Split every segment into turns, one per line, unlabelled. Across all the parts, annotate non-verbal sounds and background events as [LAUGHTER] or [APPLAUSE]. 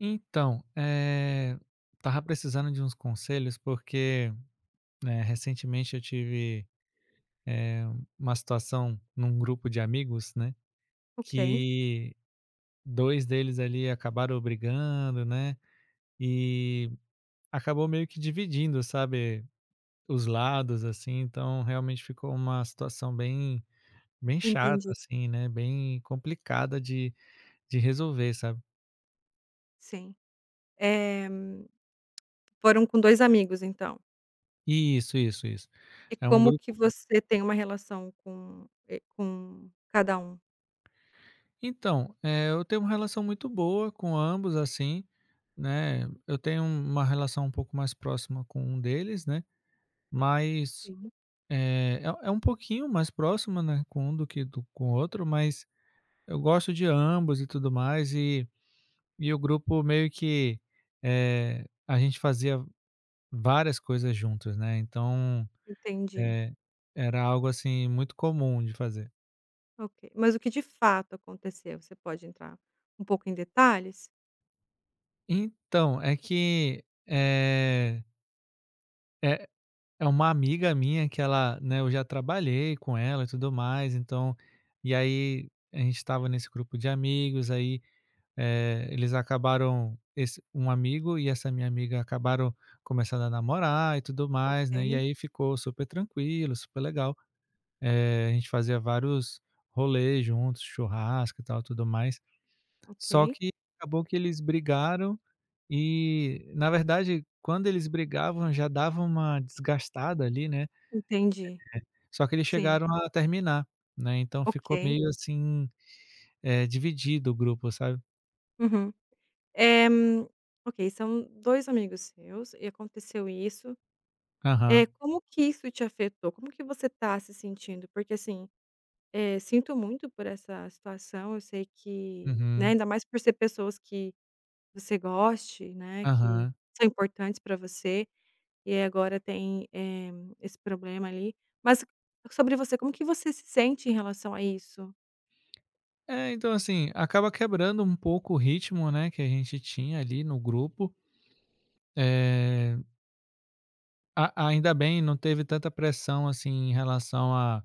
Então, eh, Estava precisando de uns conselhos porque, né, recentemente eu tive, eh, uma situação num grupo de amigos, né,
Ok,
que 2 deles ali acabaram brigando, né, e acabou meio que dividindo, sabe, os lados, assim. Então realmente ficou uma situação bem chata,
entendi,
assim, né, bem complicada de resolver, sabe.
sim. Eh, Foram com 2 amigos, então.
Isso, isso, isso.
E
É um
como que
grupo
você tem uma relação com e com cada um?
Então, eu tenho uma relação muito boa com ambos, assim, né. Eu tenho uma relação um pouco mais próxima com um deles, né, mas,
Sim.
é um pouquinho mais próxima, né, com um do que do com o outro, mas eu gosto de ambos e tudo mais. E o grupo meio que, a gente fazia várias coisas juntos, né, então,
Entendi,
eh, era algo, assim, muito comum de fazer.
ok. Mas o que de fato aconteceu, você pode entrar um pouco em detalhes?
Então, é que, é é uma amiga minha que ela, né, eu já trabalhei com ela e tudo mais, então aí a gente estava nesse grupo de amigos. Aí, eh, eles acabaram esse um amigo e essa minha amiga acabaram começando a namorar e tudo
Ok,
mais, né, e aí ficou super tranquilo, super legal. A gente fazia vários rolês juntos, churrasco e tal, tudo mais. Só
ok,
que acabou que eles brigaram e, na verdade, quando eles brigavam, já dava uma desgastada ali, né.
entendi.
Só que eles
Sim,
chegaram a terminar, né, então ficou
ok.
meio assim, dividido o grupo, sabe.
Uhum. Eh, ok, são 2 amigos seus e aconteceu isso. É
Aham.
como que isso te afetou? Como que você tá se sentindo? Porque assim sinto muito por essa situação, eu sei que, né,
Uhum.
ainda mais por ser pessoas que você goste, né, que
Aham.
são importantes para você, e aí agora tem, esse problema ali. Mas sobre você, como que você se sente em relação a isso?
É, então assim, acaba quebrando um pouco o ritmo, né, que a gente tinha ali no grupo. Eh, a Ainda bem não teve tanta pressão, assim, em relação a,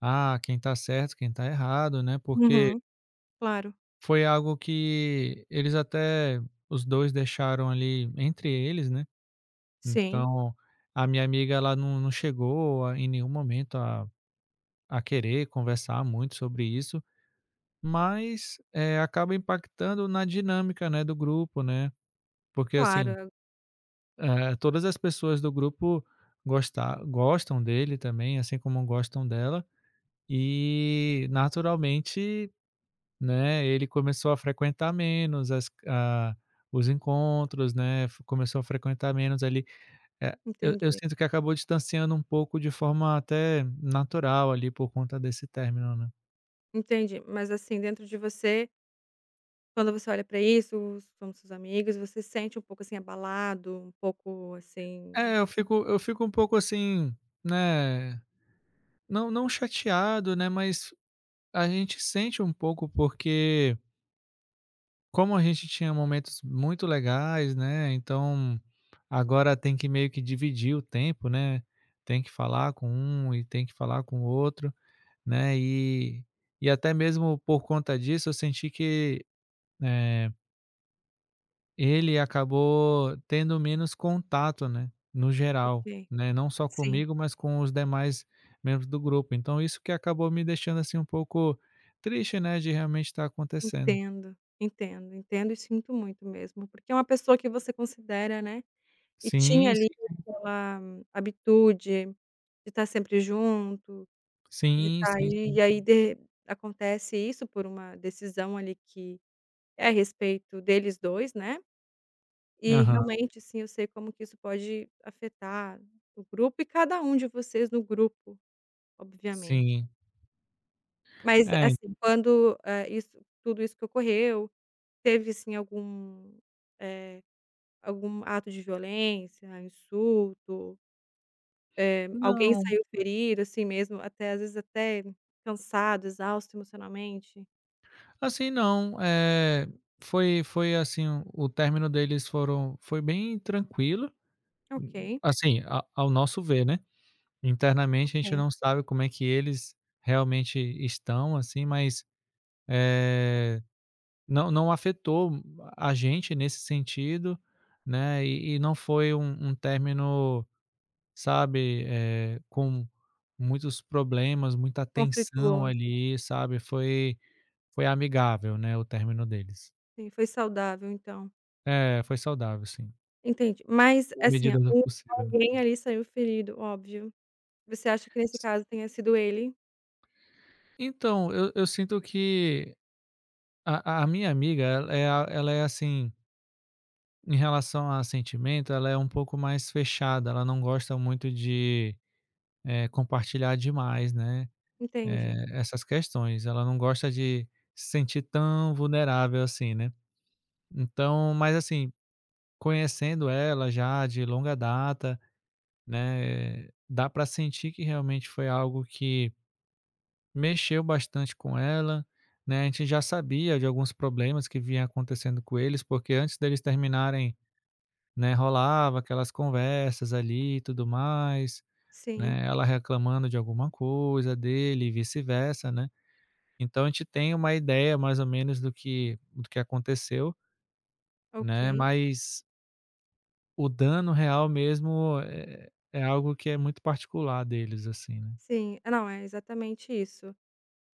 ah, quem tá certo, quem tá errado, né, porque
Uhum, claro.
foi algo que eles até os 2 deixaram ali entre eles, né.
Sim,
Então, a minha amiga ela não chegou a em nenhum momento a querer conversar muito sobre isso, mas, acaba impactando na dinâmica, né, do grupo, né, porque
claro,
assim,
eu
todas as pessoas do grupo gostam dele também, assim como gostam dela. E naturalmente, né, ele começou a frequentar menos as a os encontros, né, f começou a frequentar menos ali. É, eu
entendi,
sinto que acabou distanciando um pouco de forma até natural ali por conta desse término, né.
entendi. Mas assim, dentro de você, quando você olha para isso, os- somos seus amigos, você se sente um pouco, assim, abalado, um pouco assim
É, eu fico um pouco assim, né, não chateado, né, mas a gente sente um pouco porque como a gente tinha momentos muito legais, né, então agora tem que meio que dividir o tempo, né, tem que falar com um e tem que falar com o outro, né. E até mesmo por conta disso eu senti que, eh ele acabou tendo menos contato, né, no geral,
ok,
né, não só
sim.
comigo, mas com os demais membros do grupo. Então isso que acabou me deixando, assim, um pouco triste, né, de realmente estar acontecendo.
Entendo, entendo, entendo e sinto muito mesmo, porque é uma pessoa que você considera, né, e tinha
Sim,
ali
sim.
aquela habitude de estar sempre junto, de
Sim,
estar
sim,
aí,
sim.
e aí de acontece isso por uma decisão ali que é a respeito deles dois, né, e
Aham,
realmente sim, eu sei como que isso pode afetar o grupo e cada um de vocês no grupo, obviamente.
sim.
Mas
É,
assim, quando, isso tudo isso que ocorreu, teve assim algum, eh. Algum ato de violência, insulto, alguém
não,
saiu ferido, assim mesmo, até às vezes até cansado, exausto emocionalmente.
assim não, é. Foi assim, o término deles foram foi bem tranquilo,
Ok,
assim, a ao nosso ver, né. Internamente a gente
ok.
não sabe como é que eles realmente estão, assim, mas, eh, não afetou a gente nesse sentido, né. E não foi um término, sabe, com muitos problemas, muita tensão
Conflituoso.
ali, sabe. Foi amigável, né, o término deles.
Sim, foi saudável então.
É, foi saudável sim,
Entendi. Mas,
na
assim,
medida do
o
possível, né.
alguém ali saiu ferido, óbvio. Você acha que nesse
S
caso tenha sido ele?
Então, eu sinto que a minha amiga ela é a ela é assim, em relação a sentimento, ela é um pouco mais fechada, ela não gosta muito de, compartilhar demais, né,
Entendi.
essas questões. Ela não gosta de se sentir tão vulnerável assim, né. Então, mas assim, conhecendo ela já de longa data, né, dá para sentir que realmente foi algo que mexeu bastante com ela, né. A gente já sabia de alguns problemas que vinha acontecendo com eles, porque antes deles terminarem, né, rolava aquelas conversas ali e tudo mais,
Sim,
né, ela reclamando de alguma coisa, dele e vice-versa, né. Então a gente tem uma ideia mais ou menos do que aconteceu, né,
ok.
mas o dano real mesmo é algo que é muito particular deles, assim, né.
Sim. É, não, é exatamente isso.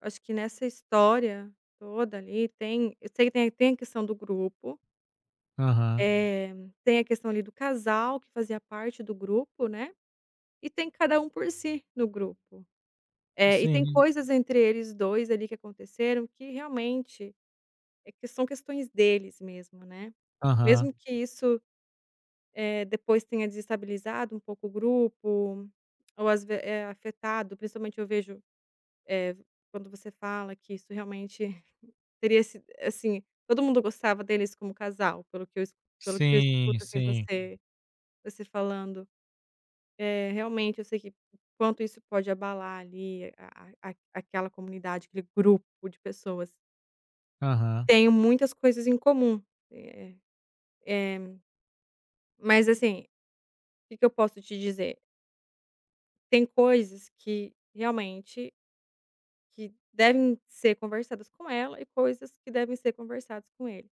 Acho que nessa história toda ali tem, eu sei que tem a questão do grupo.
Aham.
Eh, tem a questão ali do casal que fazia parte do grupo, né, e tem cada um por si no grupo. E tem
Sim.
coisas entre eles 2 ali que aconteceram que realmente é que são questões deles mesmo, né.
Aham.
Mesmo que isso, depois tenha desestabilizado um pouco o grupo, ou às ve afetado, principalmente eu vejo, eh, quando você fala que isso realmente [LAUGHS] teria sido assim, todo mundo gostava deles como casal, pelo que eu es pelo que eu escuto,
Sim,
assim,
sim.
você falando. É, realmente eu sei que o quanto isso pode abalar ali a- aquela comunidade, aquele grupo de pessoas.
Aham.
Tenho muitas coisas em comum, eh eh, mas assim, o que que eu posso te dizer? Tem coisas que realmente que devem ser conversadas com ela e coisas que devem ser conversadas com ele.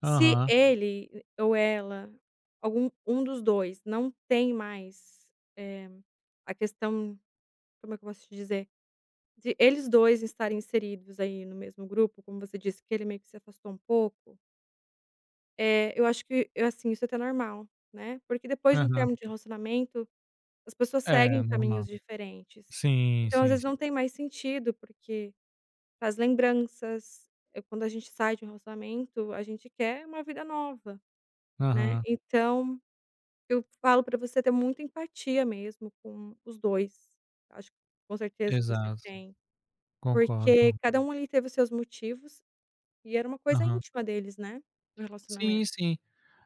Se
Aham.
ele ou ela, algum um dos 2 não tem mais, a questão, como é que eu posso te dizer? De eles 2 estarem inseridos aí no mesmo grupo, como você disse que ele meio que se afastou um pouco, eu acho que eu assim, isso é até normal, né, porque depois de um
Aham.
termo de relacionamento, as pessoas
É,
seguem
normal.
caminhos diferentes.
Sim,
Então, às
sim,
vezes,
sim.
não tem mais sentido, porque as lembranças, quando a gente sai de um relacionamento, a gente quer uma vida nova, né.
Aham.
Então, eu falo pra você ter muita empatia mesmo com os 2. Acho que com certeza você
Exato.
tem, porque
Concordo.
cada um ali teve os seus motivos. E era uma coisa
Aham.
íntima deles, né, o
Sim,
relacionamento.
sim.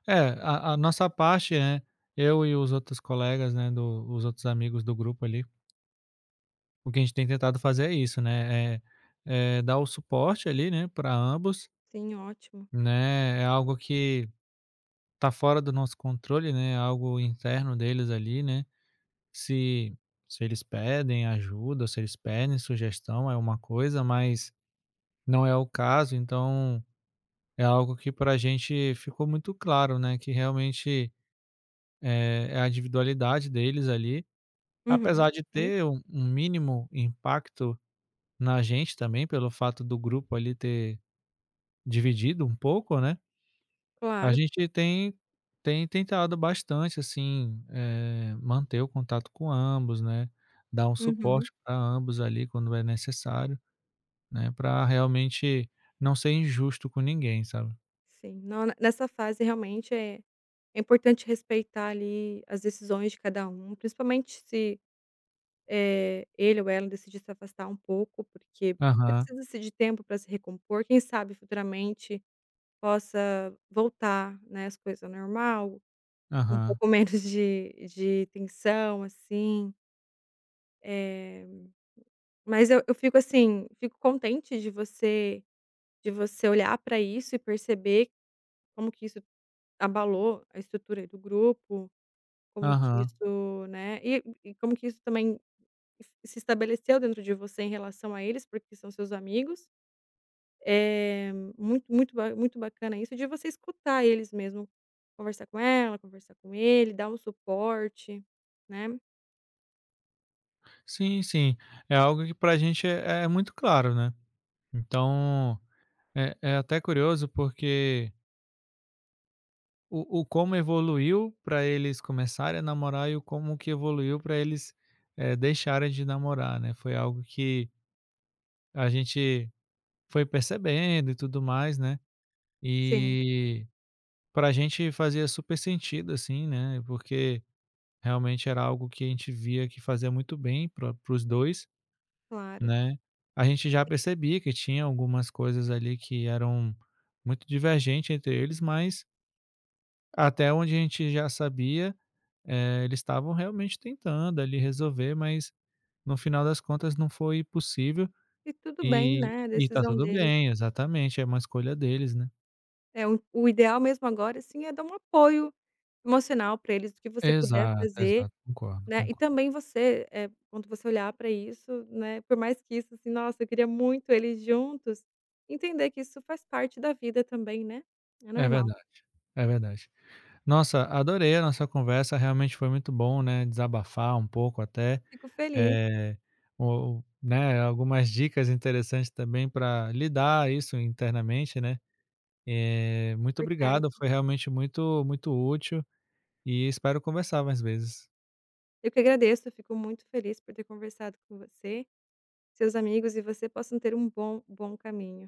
É, a nossa parte, né, eu e os outros colegas, né, do os outros amigos do grupo ali, o que a gente tem tentado fazer é isso, né, é dar o suporte ali, né, para ambos,
Sim, ótimo.
né. É algo que tá fora do nosso controle, né, é algo interno deles ali, né. Se eles pedem ajuda, se eles pedem sugestão é uma coisa, mas não é o caso, então é algo que para a gente ficou muito claro, né, que realmente, é a individualidade deles ali,
Uhum,
apesar de
sim,
ter um mínimo impacto na gente também, pelo fato do grupo ali ter dividido um pouco, né. A
claro.
gente tem tentado bastante, assim, manter o contato com ambos, né, dar um
Uhum,
suporte pra ambos ali quando é necessário, né, para realmente não ser injusto com ninguém, sabe.
sim. Não, ne- nessa fase realmente é é importante respeitar ali as decisões de cada um, principalmente se, ele ou ela decidir se afastar um pouco, porque
Aham,
precisa-se de tempo para se recompor, quem sabe futuramente possa voltar, né, as coisas ao normal, um
aham,
pouco [LAUGHS] menos de tensão, assim, eh. Mas eu fico assim, fico contente de você olhar para isso e perceber como que isso abalou a estrutura do grupo, como que
aham.
isso, né, e como que isso também se estabeleceu dentro de você em relação a eles, porque são seus amigos. É muito muito ba muito bacana isso de você escutar eles mesmo, conversar com ela, conversar com ele, dar um suporte, né.
Sim, sim. É algo que pra gente é muito claro, né. Então, é até curioso porque o como evoluiu para eles começarem a namorar e o como que evoluiu para eles, deixarem de namorar, né. Foi algo que a gente foi percebendo e tudo mais, né.
Sim.
E para a gente fazia super sentido, assim, né, porque realmente era algo que a gente via que fazia muito bem para os dois,
Claro.
né. A gente já percebia que tinha algumas coisas ali que eram muito divergentes entre eles, mas até onde a gente já sabia, eles estavam realmente tentando ali resolver, mas no final das contas não foi possível.
E tudo bem,
E
né, a
tá
decisão
tudo
deles.
bem, exatamente, é uma escolha deles, né.
É, o ideal mesmo agora, assim, é dar um apoio emocional para eles, do que você puder
Exato,
fazer,
exato, concordo,
né, e
concordo.
também você, quando você olhar para isso, né, por mais que isso, assim, nossa, eu queria muito eles juntos, entender que isso faz parte da vida também, né, é
É
normal.
verdade, é verdade. Nossa, adorei a nossa conversa, realmente foi muito bom, né, desabafar um pouco até,
Fico feliz,
eh, o né, algumas dicas interessantes também para lidar isso internamente, né. Muito
importante.
obrigado, foi realmente muito útil e espero conversar mais vezes.
Eu que agradeço, eu fico muito feliz por ter conversado com você, seus amigos e você possam ter um bom bom caminho.